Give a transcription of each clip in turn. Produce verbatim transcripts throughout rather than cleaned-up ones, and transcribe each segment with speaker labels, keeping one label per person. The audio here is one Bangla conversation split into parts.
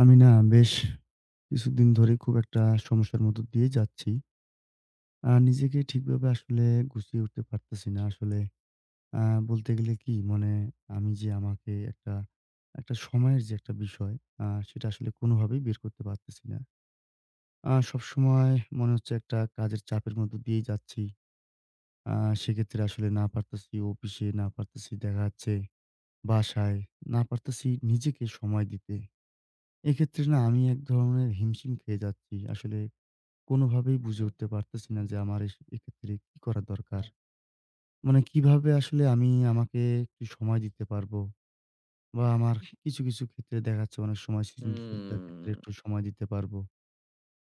Speaker 1: আমি না বেশ কিছুদিন ধরে খুব একটা সমস্যার মধ্য দিয়ে যাচ্ছি। আ নিজেকে ঠিকভাবে আসলে গুছিয়ে উঠতে পারতেছি না। আসলে আ বলতে গেলে কি মানে আমি যে আমাকে একটা, একটা সময়ের যে একটা বিষয় আ সেটা আসলে কোনোভাবেই বের করতে পারতেছি না। আ সবসময় মনে হচ্ছে একটা কাজের চাপের মধ্য দিয়েই যাচ্ছি। আ সেক্ষেত্রে আসলে না পারতেছি অফিসে, না পারতেছি দেখা যাচ্ছে বাসায়, না পারতেছি নিজেকে সময় দিতে। এক্ষেত্রে না আমি এক ধরনের হিমশিম খেয়ে যাচ্ছি। আসলে কোনোভাবেই বুঝে উঠতে পারতেছি না যে আমার এস এক্ষেত্রে কি করা দরকার? মানে কিভাবে আসলে আমি আমাকে একটু সময় দিতে পারবো? বা আমার কিছু, কিছু ক্ষেত্রে দেখা যাচ্ছে অনেক সময় সৃজনশীলতার ক্ষেত্রে
Speaker 2: হুম,
Speaker 1: একটু সময় দিতে পারবো।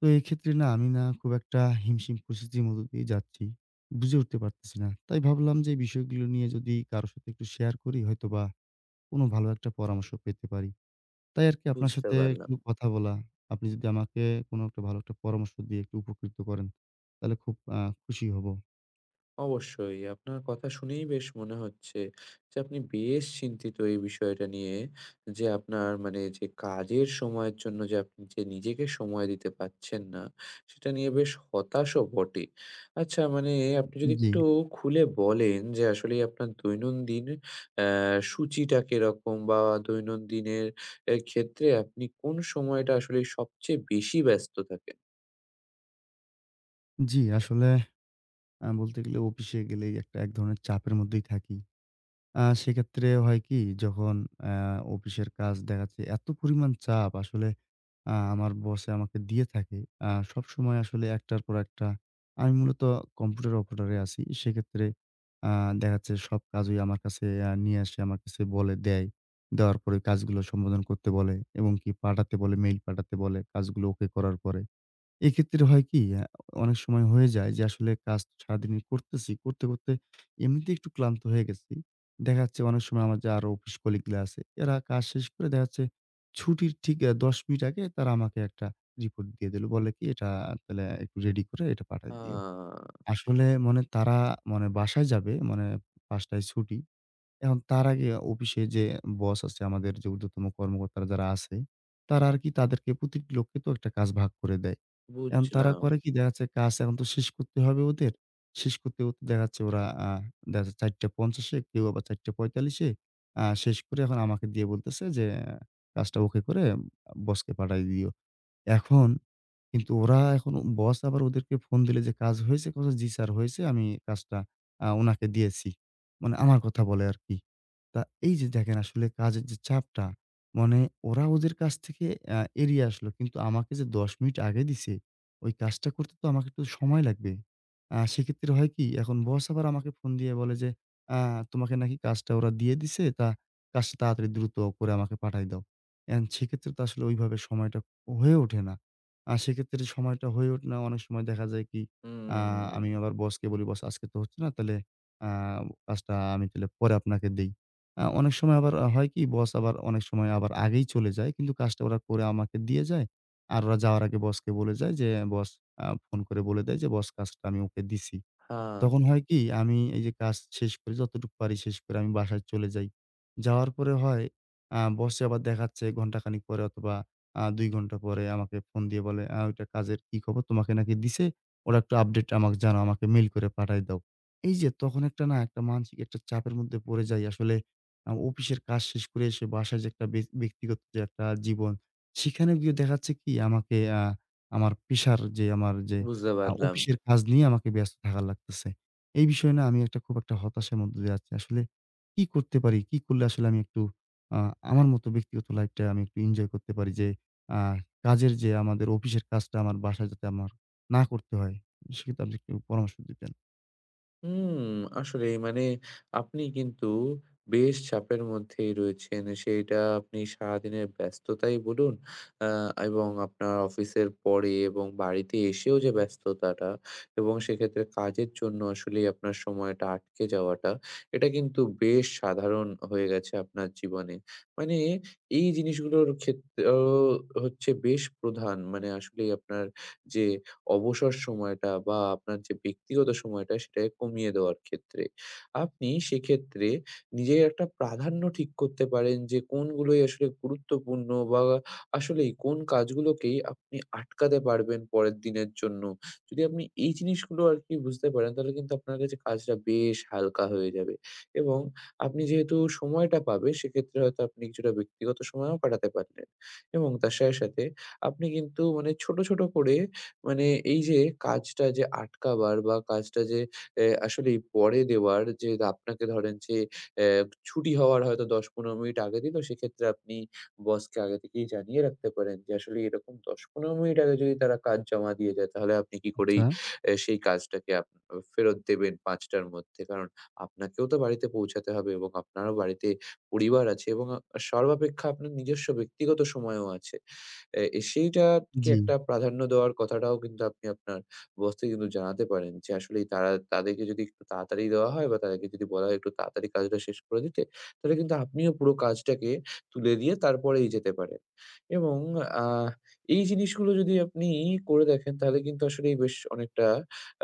Speaker 1: তো এক্ষেত্রে না আমি না খুব একটা হিমশিম পরিস্থিতির মধ্য দিয়ে যাচ্ছি। বুঝে উঠতে পারতেছি না। তাই ভাবলাম যে এই বিষয়গুলো নিয়ে যদি কারো সাথে একটু শেয়ার করি হয়তোবা কোনো ভালো একটা পরামর্শ পেতে পারি। তাই আরকি আপনার
Speaker 2: বুঝতে
Speaker 1: সাথে
Speaker 2: পারলাম।
Speaker 1: একটু কথা বলা। আপনি যদি আমাকে কোন একটা ভালো একটা পরামর্শ দিয়ে একটু উপকৃত করেন, তাহলে খুব আ খুশি হব।
Speaker 2: অবশ্যই আপনার কথা শুনেই বেশ মনে হচ্ছে যে আপনি বেশ চিন্তিত এই বিষয়টা নিয়ে, যে আপনার মানে যে কাজের সময়ের জন্য যে আপনি যে নিজেকে সময় দিতে পারছেন না, সেটা নিয়ে বেশ হতাশও বটে। আচ্ছা মানে, আপনি যদি
Speaker 1: জি,
Speaker 2: একটু খুলে বলেন যে আসলেই আপনার দৈনন্দিন অ্যা সূচিটা কিরকম, বা দৈনন্দিনের এর ক্ষেত্রে আপনি কোন সময়টা আসলে সবচেয়ে বেশি ব্যস্ত থাকেন?
Speaker 1: জি আসলে আ বলতে গেলে অফিসে গেলেই একটা এক ধরনের চাপের মধ্যেই থাকি। আ সেক্ষেত্রে হয় কি? যখন অ্যা অফিসের কাজ দেখা যাচ্ছে এত পরিমাণ চাপ আসলে আ আমার বসে আমাকে দিয়ে থাকে। আ সবসময় আসলে একটার পর একটা আমি মূলত কম্পিউটার অপারেটরে আছি। সেক্ষেত্রে আ দেখা যাচ্ছে সব কাজই আমার কাছে আ নিয়ে আসে, আমার কাছে বলে দেয়। দেওয়ার পরে কাজগুলো সম্বোধন করতে বলে এবং কি পাঠাতে বলে, মেইল পাঠাতে বলে কাজগুলো ওকে করার পরে। এক্ষেত্রে হয় কি? আ অনেক সময় হয়ে যায় যে আসলে কাজ সারাদিনই করতেছি। করতে, করতে এমনিতেই একটু ক্লান্ত হয়ে গেছি। দেখা যাচ্ছে অনেক সময় আমার যে আরো অফিস কলিগ গুলা আছে, এরা কাজ শেষ করে দেখা যাচ্ছে ছুটির ঠিক আ দশ মিনিট আগে তারা আমাকে একটা রিপোর্ট দিয়ে দিল। বলে কি, "এটা তাহলে একটু রেডি করে এটা পাঠায়
Speaker 2: আ
Speaker 1: দিও।" আসলে মানে তারা মানে বাসায় যাবে মানে ৫ঃ শূন্য শূন্য টায় ছুটি। এখন তার আগে অফিসে যে বস আছে, আমাদের যে ঊর্ধ্বতম কর্মকর্তারা যারা আছে, তারা আরকি তাদেরকে প্রতিটি লোককে তো একটা কাজ ভাগ করে দেয়। এখন তারা
Speaker 2: বুঝলাম।
Speaker 1: করে কি, দেখা যাচ্ছে কাজ এখন তো শেষ করতে হবে ওদের। শেষ করতে, করতে দেখা যাচ্ছে ওরা আ দেখা যাচ্ছে ৪ঃ পঞ্চাশ এ কেউ আবার ৪ঃ পঁয়তাল্লিশ এ আ শেষ করে এখন আমাকে দিয়ে বলতেছে যে, আহ, "কাজটা ওকে করে বসকে পাঠায় দিও।" এখন কিন্তু ওরা এখন বস আবার ওদেরকে ফোন দিলে যে, "কাজ হয়েছে?" কয়, "জি স্যার, হয়েছে। আমি কাজটা আ উনাকে দিয়েছি।" মানে আমার কথা বলে আরকি। তা এই যে দেখেন আসলে কাজের যে চাপটা, মানে ওরা ওদের কাছ থেকে আ এড়িয়ে আসলো। কিন্তু আমাকে যে দশ মিনিট আগে দিছে, ওই কাজটা করতে তো আমাকে একটু সময় লাগবে। আ সেক্ষেত্রে হয় কি, এখন বস আবার আমাকে ফোন দিয়ে বলে যে, "আ তোমাকে নাকি কাজটা ওরা দিয়ে দিছে। তা কাজটা তাড়াতাড়ি দ্রুত করে আমাকে পাঠায় দাও।" এখন সেক্ষেত্রে তো আসলে ওইভাবে সময়টা হয়ে ওঠে না। আ সেক্ষেত্রে সময়টা হয়ে ওঠে না। অনেক সময় দেখা যায় কি, আ
Speaker 2: হুম।
Speaker 1: আমি আবার বসকে বলি, "বস, আজকে তো হচ্ছে না, তাহলে আ কাজটা আমি তাহলে পরে আপনাকে দেই।" আ অনেক সময় আবার হয় কি, বস আবার অনেক সময় আবার আগেই চলে যায়। কিন্তু কাজটা ওরা করে আমাকে দিয়ে যায়। আর ওরা যাওয়ার আগে বসকে বলে যায় যে বস আ ফোন করে বলে দেয় যে, "বস, কাজটা আমি ওকে দিছি।"
Speaker 2: হ্যাঁ,
Speaker 1: তখন হয় কি, আমি এই যে কাজ শেষ করি, যতটুকু পারি শেষ করে আমি বাসায় চলে যাই। যাওয়ার পরে হয় আ বসে আবার দেখাচ্ছে ঘন্টাখানিক পরে অথবা আ দুই ঘন্টা পরে আমাকে ফোন দিয়ে বলে, "আ ওইটা কাজের কি খবর? তোমাকে নাকি দিছে। ওরা একটু আপডেট আমাকে জানাও, আমাকে মেইল করে পাঠায় দাও।" এই যে তখন একটা না একটা মানসিক একটা চাপের মধ্যে পড়ে যাই। আসলে আ অফিসের কাজ শেষ করে এসে বাসায় যে একটা ব্যা ব্যক্তিগত যে একটা জীবন, সেখানে গিয়ে দেখাচ্ছে কি আমাকে আ আমার পেশার যে আমার যে
Speaker 2: বুঝতে
Speaker 1: আ
Speaker 2: পারলাম।
Speaker 1: অফিসের কাজ নিয়ে আমাকে ব্যস্ত থাকা লাগতেছে। এই বিষয় না আমি একটা খুব একটা হতাশার মধ্য দিয়ে যাচ্ছি। আসলে কি করতে পারি? কি করলে আসলে আমি একটু আ আমার মতো ব্যক্তিগত লাইফটা আমি একটু এনজয় করতে পারি, যে আ কাজের যে আমাদের অফিসের কাজটা আমার বাসায় যাতে আমার না করতে হয়। সেক্ষেত্রে আপনি একটু পরামর্শ দিতেন।
Speaker 2: হুম, আসলেই মানে আপনি কিন্তু বেশ চাপের মধ্যেই রয়েছেন। সেইটা আপনি সারাদিনের ব্যস্ততাই বলুন, আ এবং আপনার অফিসের পরে এবং বাড়িতে এসেও যে ব্যস্ততাটা, এবং সেক্ষেত্রে কাজের জন্য আসলেই আপনার সময়টা আটকে যাওয়াটা, এটা কিন্তু বেশ সাধারণ হয়ে গেছে আপনার জীবনে। মানে এই জিনিসগুলোর ক্ষেত্রেও হচ্ছে বেশ প্রধান। মানে আসলেই আপনার যে অবসর সময়টা বা আপনার যে ব্যক্তিগত সময়টা, সেটাকে কমিয়ে দেওয়ার ক্ষেত্রে। আপনি সেক্ষেত্রে নিজের একটা প্রাধান্য ঠিক করতে পারেন যে কোনগুলোই আসলে গুরুত্বপূর্ণ, বা আসলেই কোন কাজগুলোকেই আপনি আটকাতে পারবেন পরের দিনের জন্য। যদি আপনি এই জিনিসগুলো আরকি বুঝতে পারেন, তাহলে কিন্তু আপনার কাছে কাজটা বেশ হালকা হয়ে যাবে, এবং আপনি যেহেতু সময়টা পাবে সেক্ষেত্রে হয়তো আপনি কিছুটা ব্যক্তিগত সময়ও কাটাতে পারলেন। এবং তার সাথে, সাথে আপনি কিন্তু মানে ছোট, ছোট করে মানে এই যে কাজটা যে আটকাবার বা কাজটা যে এ আসলেই পরে দেওয়ার, যে আপনাকে ধরেন যে এ ছুটি হওয়ার হয়তো দশ থেকে পনেরো মিনিট আগে দিল, সেক্ষেত্রে আপনি বসকে আগে থেকেই জানিয়ে রাখতে পারেন যে আসলে এরকম দশ থেকে পনেরো মিনিট আগে যদি তারা কাজ জমা দিয়ে যায়, তাহলে আপনি কি করেই
Speaker 1: আচ্ছা।
Speaker 2: এ সেই কাজটাকে আপ ফেরত দেবেন পাঁচ টার মধ্যে। কারণ আপনাকেও তো বাড়িতে পৌঁছাতে হবে, এবং আপনারও বাড়িতে পরিবার আছে, এবং আ সর্বাপেক্ষা আপনার নিজস্ব ব্যক্তিগত সময়ও আছে। এ এ সেইটাকে
Speaker 1: জি।
Speaker 2: একটা প্রাধান্য দেওয়ার কথাটাও কিন্তু আপনি আপনার বসকে কিন্তু জানাতে পারেন যে আসলেই তারা, তাদেরকে যদি একটু তাড়াতাড়ি দেওয়া হয় বা তাদেরকে যদি বলা হয় একটু তাড়াতাড়ি কাজটা শেষ করে দিতে, তাহলে কিন্তু আপনিও পুরো কাজটাকে তুলে দিয়ে তারপরেই যেতে পারেন। এবং আহ এই জিনিসগুলো যদি আপনি করে দেখেন, তাহলে কিন্তু আসলেই বেশ অনেকটা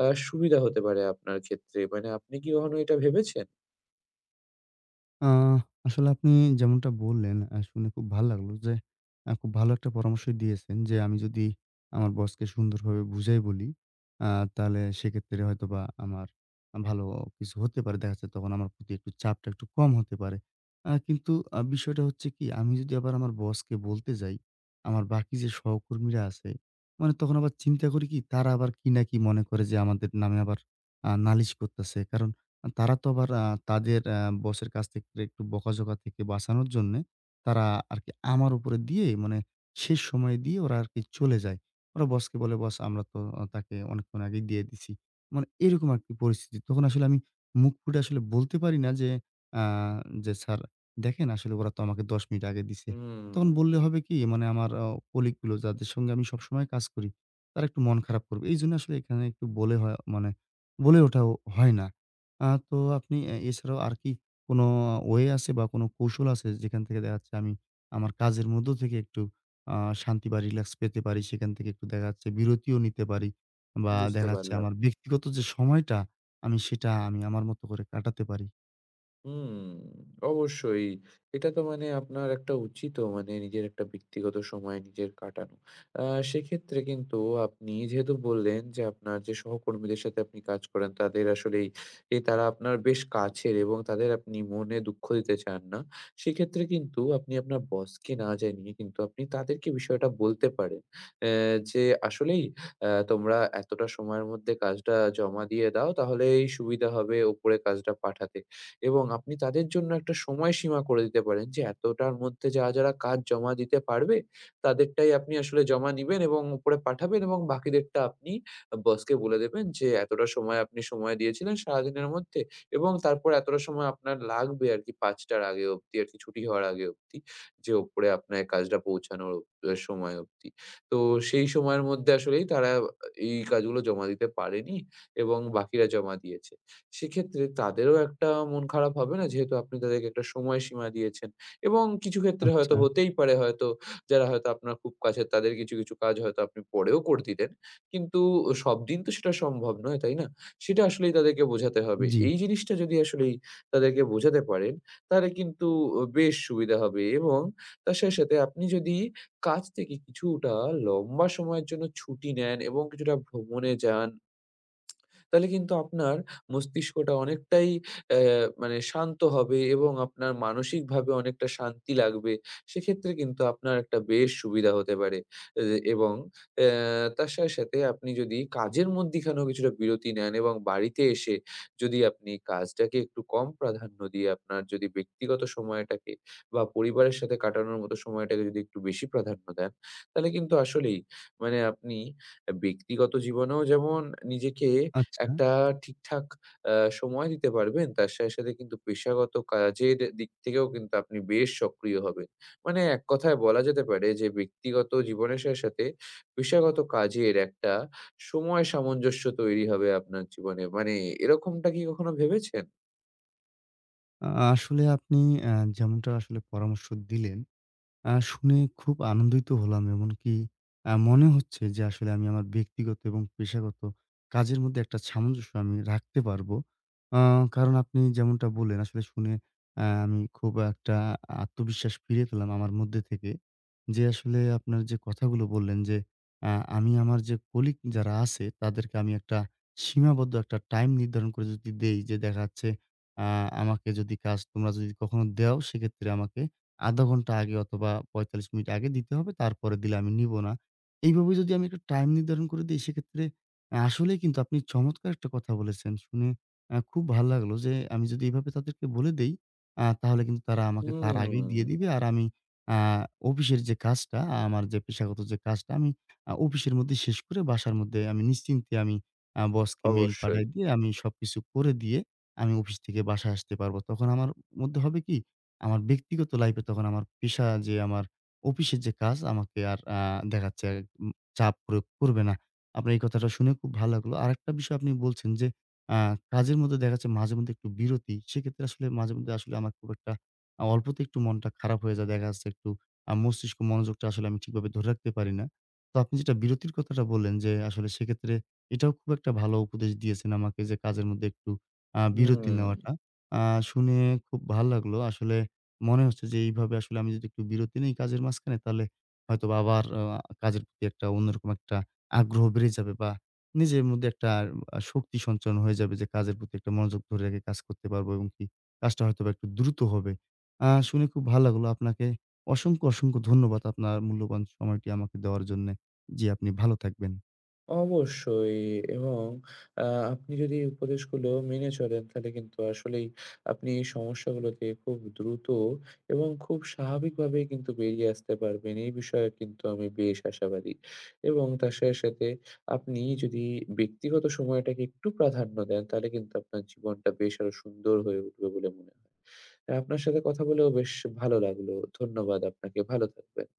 Speaker 2: আ সুবিধা হতে পারে আপনার ক্ষেত্রে। মানে আপনি কি কখনো এটা ভেবেছেন?
Speaker 1: আ আসলে আপনি যেমনটা বললেন, আ শুনে খুব ভাল লাগলো যে, আ খুব ভালো একটা পরামর্শই দিয়েছেন যে, আমি যদি আমার বসকে সুন্দরভাবে বুঝাই বলি, আ তাহলে সেক্ষেত্রে হয়তোবা আমার ভালো কিছু হতে পারে। দেখা যাচ্ছে তখন আমার প্রতি একটু চাপটা একটু কম হতে পারে। আ কিন্তু আ বিষয়টা হচ্ছে কি, আমি যদি আবার আমার বসকে বলতে যাই, আমার বাকি যে সহকর্মীরা আছে, মানে তখন আবার চিন্তা করি কি তারা আবার কি না কি মনে করে যে, আমাদের নামে আবার আ নালিশ করতেছে। কারণ তারা তো আবার আ তাদের আ বসের কাছ থেকে একটু বকাঝকা থেকে বাঁচানোর জন্যে তারা আরকি আমার উপরে দিয়ে মানে শেষ সময় দিয়ে ওরা আরকি চলে যায়। ওরা বসকে বলে, "বস, আমরা তো আ তাকে অনেকক্ষণ আগেই দিয়ে দিছি।" মানে এরকম আরকি পরিস্থিতি। তখন আসলে আমি মুখ ফুটে আসলে বলতে পারি না যে আ যে, "স্যার, দেখেন আসলে ওরা তো আমাকে দশ মিনিট আগে দিছে।" তখন বললে
Speaker 2: হুম,
Speaker 1: হবে কি, মানে আমার আ কলিগ গুলো যাদের সঙ্গে আমি সবসময় কাজ করি, তারা একটু মন খারাপ করবে। এইজন্য আসলে এখানে একটু বলে হয়, মানে বলে ওঠাও হয় না। আ তো আপনি এ এছাড়াও আর কি কোনো ওয়ে আছে বা কোনো কৌশল আছে, যেখান থেকে দেখা যাচ্ছে আমি আমার কাজের মধ্য থেকে একটু আ শান্তি বা রিল্যাক্স পেতে পারি, সেখান থেকে একটু দেখা যাচ্ছে বিরতিও নিতে পারি বা
Speaker 2: বুঝতে
Speaker 1: দেখা যাচ্ছে
Speaker 2: পারলাম।
Speaker 1: আমার ব্যক্তিগত যে সময়টা আমি সেটা আমি আমার মতো করে কাটাতে পারি?
Speaker 2: হুম, অবশ্যই। এটা তো মানে আপনার একটা উচিতও, মানে নিজের একটা ব্যক্তিগত সময় নিজের কাটানো। আ সেক্ষেত্রে কিন্তু আপনি যেহেতু বললেন যে আপনার যে সহকর্মীদের সাথে আপনি কাজ করেন তাদের আসলেই এ তারা আপনার বেশ কাছের, এবং তাদের আপনি মনে দুঃখ দিতে চান না। সেক্ষেত্রে কিন্তু আপনি আপনার বসকে না জানিয়ে কিন্তু আপনি তাদেরকে বিষয়টা বলতে পারেন। অ্যা যে আসলেই অ্যা তোমরা এতটা সময়ের মধ্যে কাজটা জমা দিয়ে দাও তাহলেই সুবিধা হবে উপরে কাজটা পাঠাতে। এবং আপনি তাদের জন্য একটা সময়সীমা করে দিতে পারেন যে এতটার মধ্যে যারা, যারা কাজ জমা দিতে পারবে তাদেরটাই আপনি আসলে জমা নিবেন এবং উপরে পাঠাবেন, এবং বাকিদেরটা আপনি বসকে বলে দেবেন যে এতটা সময় আপনি সময় দিয়েছিলেন সারাদিনের মধ্যে, এবং তারপর এতটা সময় আপনার লাগবে আরকি পাঁচ টার আগে অবধি, আরকি ছুটি হওয়ার আগে অবধি যে উপরে আপনার কাজটা পৌঁছানোর অ সময় অবধি। তো সেই সময়ের মধ্যে আসলেই তারা এই কাজগুলো জমা দিতে পারেনি এবং বাকিরা জমা দিয়েছে। সেক্ষেত্রে তাদেরও একটা মন খারাপ হবে না? যেহেতু আপনি তাদেরকে একটা সময়সীমা দিয়েছেন, এবং কিছু ক্ষেত্রে হয়তো
Speaker 1: আচ্ছা,
Speaker 2: হতেই পারে, হয়তো যারা হয়তো আপনার খুব কাছের তাদের কিছু, কিছু কাজ হয়তো আপনি পরেও করে দিতেন। কিন্তু সবদিন তো সেটা সম্ভব নয়, তাই না? সেটা আসলেই তাদেরকে বোঝাতে হবে।
Speaker 1: জি।
Speaker 2: এই জিনিসটা যদি আসলেই তাদেরকে বোঝাতে পারেন, তাহলে কিন্তু ও বেশ সুবিধা হবে। এবং তার সাথে, সাথে আপনি যদি কাজ থেকে কিছুটা লম্বা সময়ের জন্য ছুটি নেন এবং কিছুটা ভ্রমণে যান, তাহলে কিন্তু আপনার মস্তিষ্কটা অনেকটাই অ্যা মানে শান্ত হবে, এবং আপনার মানসিকভাবে অনেকটা শান্তি লাগবে। সেক্ষেত্রে কিন্তু আপনার একটা বেশ সুবিধা হতে পারে। এ এবং অ্যা তার সাথে, সাথে আপনি যদি কাজের মধ্যিখানেও কিছুটা বিরতি নেন, এবং বাড়িতে এসে যদি আপনি কাজটাকে একটু কম প্রাধান্য দিয়ে আপনার যদি ব্যক্তিগত সময়টাকে বা পরিবারের সাথে কাটানোর মতো সময়টাকে যদি একটু বেশি প্রাধান্য দেন, তাহলে কিন্তু আসলেই মানে আপনি ব্যক্তিগত জীবনেও যেমন নিজেকে
Speaker 1: আচ্ছা।
Speaker 2: একটা ঠিকঠাক আ সময় দিতে পারবেন। তার সাথে, সাথে কিন্তু পেশাগত কাজের দিক থেকেও কিন্তু আপনি বেশ সক্রিয় হবেন। মানে এক কথায় বলা যেতে পারে যে ব্যক্তিগত জীবনের সাথে, সাথে পেশাগত কাজের একটা সময় সামঞ্জস্য তৈরি হবে আপনার জীবনে। মানে এরকমটা কি কখনো ভেবেছেন?
Speaker 1: আ আসলে আপনি অ্যা যেমনটা আসলে পরামর্শ দিলেন, আ শুনে খুব আনন্দিত হলাম। এমনকি আ মনে হচ্ছে যে আসলে আমি আমার ব্যক্তিগত এবং পেশাগত কাজের মধ্যে একটা সামঞ্জস্য আমি রাখতে পারবো। আ কারণ আপনি যেমনটা বললেন, আসলে শুনে আ আমি খুব একটা আত্মবিশ্বাস ফিরে পেলাম আমার মধ্যে থেকে। যে আসলে আপনার যে কথাগুলো বললেন যে আ আমি আমার যে কলিগ যারা আছে তাদেরকে আমি একটা সীমাবদ্ধ একটা টাইম নির্ধারণ করে যদি দেই যে, দেখা যাচ্ছে আ আমাকে যদি কাজ তোমরা যদি কখনো দেও সেক্ষেত্রে আমাকে আধা ঘন্টা আগে অথবা পঁয়তাল্লিশ মিনিট আগে দিতে হবে। তারপরে দিলে আমি নিব না। এইভাবে যদি আমি একটা টাইম নির্ধারণ করে দেই সেক্ষেত্রে আ আসলেই কিন্তু আপনি চমৎকার একটা কথা বলেছেন। শুনে আ খুব ভাল লাগলো যে, আমি যদি এভাবে তাদেরকে বলে দেই আ তাহলে কিন্তু তারা আমাকে তার আগেই দিয়ে
Speaker 2: হুম,
Speaker 1: দিবে। আর আমি আ অফিসের যে কাজটা, আমার যে পেশাগত যে কাজটা আমি আ অফিসের মধ্যে শেষ করে বাসার মধ্যে আমি নিশ্চিন্তে আমি আ বসকে মেইল
Speaker 2: অবশ্যই।
Speaker 1: পাঠায় দিয়ে আমি সবকিছু করে দিয়ে আমি অফিস থেকে বাসায় আসতে পারবো। তখন আমার মধ্যে হবে কি, আমার ব্যক্তিগত লাইফে তখন আমার পেশা যে আমার অফিসের যে কাজ আমাকে আর আ দেখাচ্ছে উম চাপ প্রয়োগ করবে না। আপনার এই কথাটা শুনে খুব ভালো লাগলো। আরেকটা বিষয় আপনি বলছেন যে আ কাজের মধ্যে দেখা যাচ্ছে মাঝেমধ্যে একটু বিরতি। সেক্ষেত্রে আসলে মাঝেমধ্যে আসলে আমার খুব একটা আ অল্পতে একটু মনটা খারাপ হয়ে যায়। দেখা যাচ্ছে একটু আ মস্তিষ্ক মনোযোগটা আসলে আমি ঠিকভাবে ধরে রাখতে পারি না। তো আপনি যেটা বিরতির কথাটা বললেন যে, আসলে সেক্ষেত্রে এটাও খুব একটা ভালো উপদেশ দিয়েছেন আমাকে যে কাজের মধ্যে একটু আ বিরতি
Speaker 2: হুম।
Speaker 1: নেওয়াটা। আ শুনে খুব ভাল লাগলো। আসলে মনে হচ্ছে যে, এইভাবে আসলে আমি যদি একটু বিরতি নেই কাজের মাঝখানে, তাহলে হয়তোবা আবার আ কাজের প্রতি একটা অন্যরকম একটা আগ্রহ বেড়ে যাবে বা নিজের মধ্যে একটা আ শক্তি সঞ্চারণ হয়ে যাবে, যে কাজের প্রতি একটা মনোযোগ ধরে রেখে কাজ করতে পারবো এবং কি কাজটা হয়তোবা একটু দ্রুত হবে। আ শুনে খুব ভালো লাগলো। আপনাকে অসংখ্য, অসংখ্য ধন্যবাদ আপনার মূল্যবান সময়টি আমাকে দেওয়ার জন্যে। জি, আপনি ভালো থাকবেন।
Speaker 2: অবশ্যই, এবং আ আপনি যদি এই উপদেশগুলো মেনে চলেন, তাহলে কিন্তু আসলেই আপনি এই সমস্যাগুলোতে খুব দ্রুত এবং খুব স্বাভাবিকভাবেই কিন্তু বেরিয়ে আসতে পারবেন। এই বিষয়ে কিন্তু আমি বেশ আশাবাদী। এবং তার সাথে, সাথে আপনি যদি ব্যক্তিগত সময়টাকে একটু প্রাধান্য দেন, তাহলে কিন্তু আপনার জীবনটা বেশ আরো সুন্দর হয়ে উঠবে বলে মনে হয়। আপনার সাথে কথা বলেও বেশ ভালো লাগলো। ধন্যবাদ আপনাকে। ভালো থাকবেন।